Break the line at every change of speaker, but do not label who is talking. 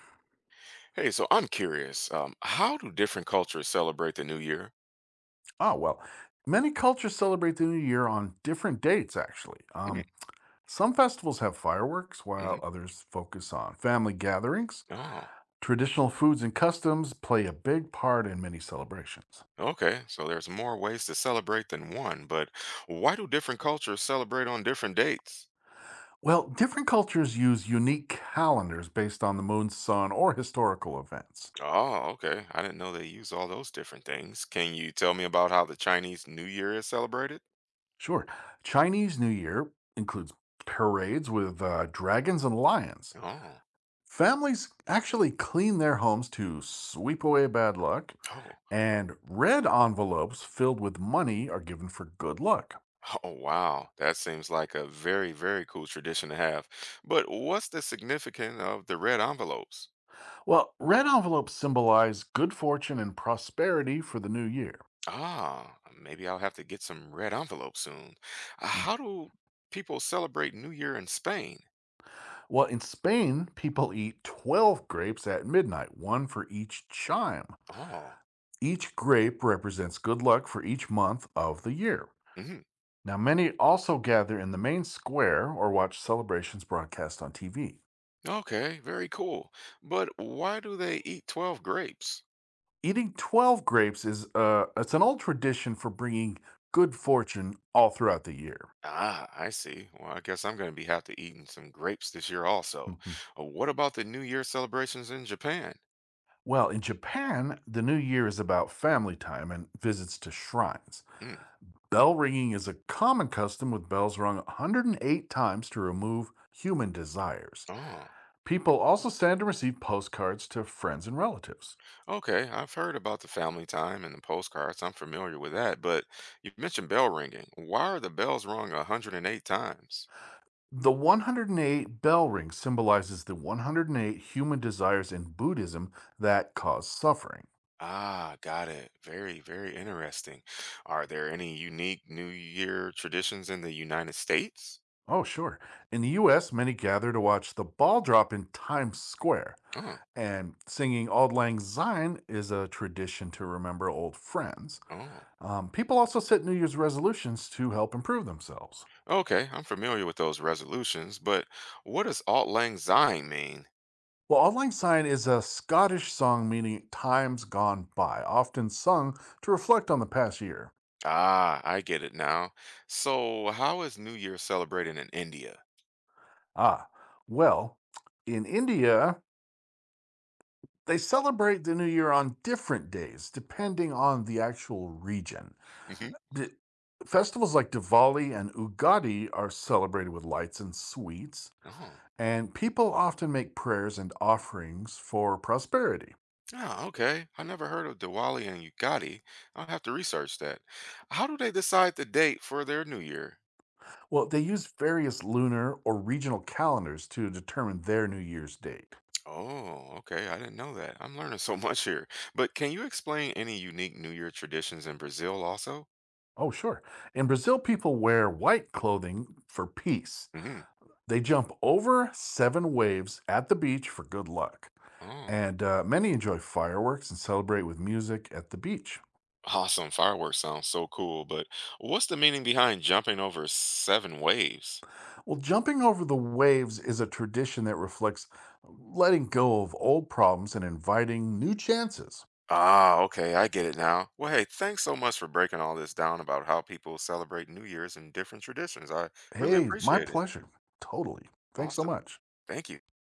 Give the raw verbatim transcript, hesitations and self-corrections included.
Hey, so I'm curious, um, how do different cultures celebrate the new year?
Ah, well, many cultures celebrate the new year on different dates, actually.
Mm,
Um, some festivals have fireworks, while
mhm.
others focus on family gatherings.
Oh,
Traditional foods and customs play a big part in many celebrations.
okay. So there's more ways to celebrate than one, but why do different cultures celebrate on different dates?
Well, different cultures use unique calendars based on the moon, sun, or historical events.
Oh, okay. I didn't know they use all those different things. Can you tell me about how the Chinese New Year is celebrated?
Sure, Chinese New Year includes parades with uh, dragons and lions.
Oh,
Families actually clean their homes to sweep away bad luck.
oh.
And red envelopes filled with money are given for good luck.
Oh, wow. That seems like a very, very cool tradition to have. But what's the significance of the red envelopes?
Well, red envelopes symbolize good fortune and prosperity for the new year.
Ah, maybe I'll have to get some red envelopes soon. Uh,
Mm.
How do people celebrate New Year in Spain?
Well, in Spain, people eat twelve grapes at midnight, one for each chime.
Oh,
Each grape represents good luck for each month of the year.
hmm,
Now, many also gather in the main square or watch celebrations broadcast on T V.
okay, very cool. But why do they eat twelve grapes?
Eating twelve grapes is uh, it's an old tradition for bringing good fortune all throughout the year.
Ah, I see. Well, I guess I'm going to be have to eating some grapes this year also.
Mhm.
Uh, What about the New Year celebrations in Japan?
Well, in Japan, the new year is about family time and visits to shrines.
Mm,
Bell ringing is a common custom with bells rung one hundred eight times to remove human desires.
oh,
People also stand to receive postcards to friends and relatives.
okay. I've heard about the family time and the postcards. I'm familiar with that. But you mentioned bell ringing. Why are the bells rung one hundred eight times?
The one hundred eight bell ring symbolizes the one hundred eight human desires in Buddhism that cause suffering.
Ah, got it. Very, very interesting. Are there any unique New Year traditions in the United States?
Oh, sure. In the U S, many gather to watch the ball drop in Times Square.
Oh,
And singing Auld Lang Syne is a tradition to remember old friends.
oh.
Um, people also set New Year's resolutions to help improve themselves.
Okay, I'm familiar with those resolutions, but what does Auld Lang Syne mean?
Well, Auld Lang Syne is a Scottish song meaning times gone by, often sung to reflect on the past year.
Ah, I get it now. So, how is New Year celebrated in India?
Ah, well, in India, they celebrate the New Year on different days, depending on the actual region.
Hmm.
D- Festivals like Diwali and Ugadi are celebrated with lights and sweets.
Oh.
And people often make prayers and offerings for prosperity.
Ah, okay. I never heard of Diwali and Ugadi. I'll have to research that. How do they decide the date for their New Year?
Well, they use various lunar or regional calendars to determine their New Year's date.
Oh, okay. I didn't know that. I'm learning so much here. But can you explain any unique New Year traditions in Brazil also?
Oh, sure. In Brazil, people wear white clothing for peace.
Hmm.
They jump over seven waves at the beach for good luck.
Oh,
And uh, many enjoy fireworks and celebrate with music at the beach.
awesome. Fireworks sounds so cool. But what's the meaning behind jumping over seven waves?
Well, jumping over the waves is a tradition that reflects letting go of old problems and inviting new chances.
Ah, okay. I get it now. Well, hey, thanks so much for breaking all this down about how people celebrate New Year's and different traditions. I really
Hey, my
appreciate it.
pleasure. Totally. Thanks so
Awesome.
much.
Thank you.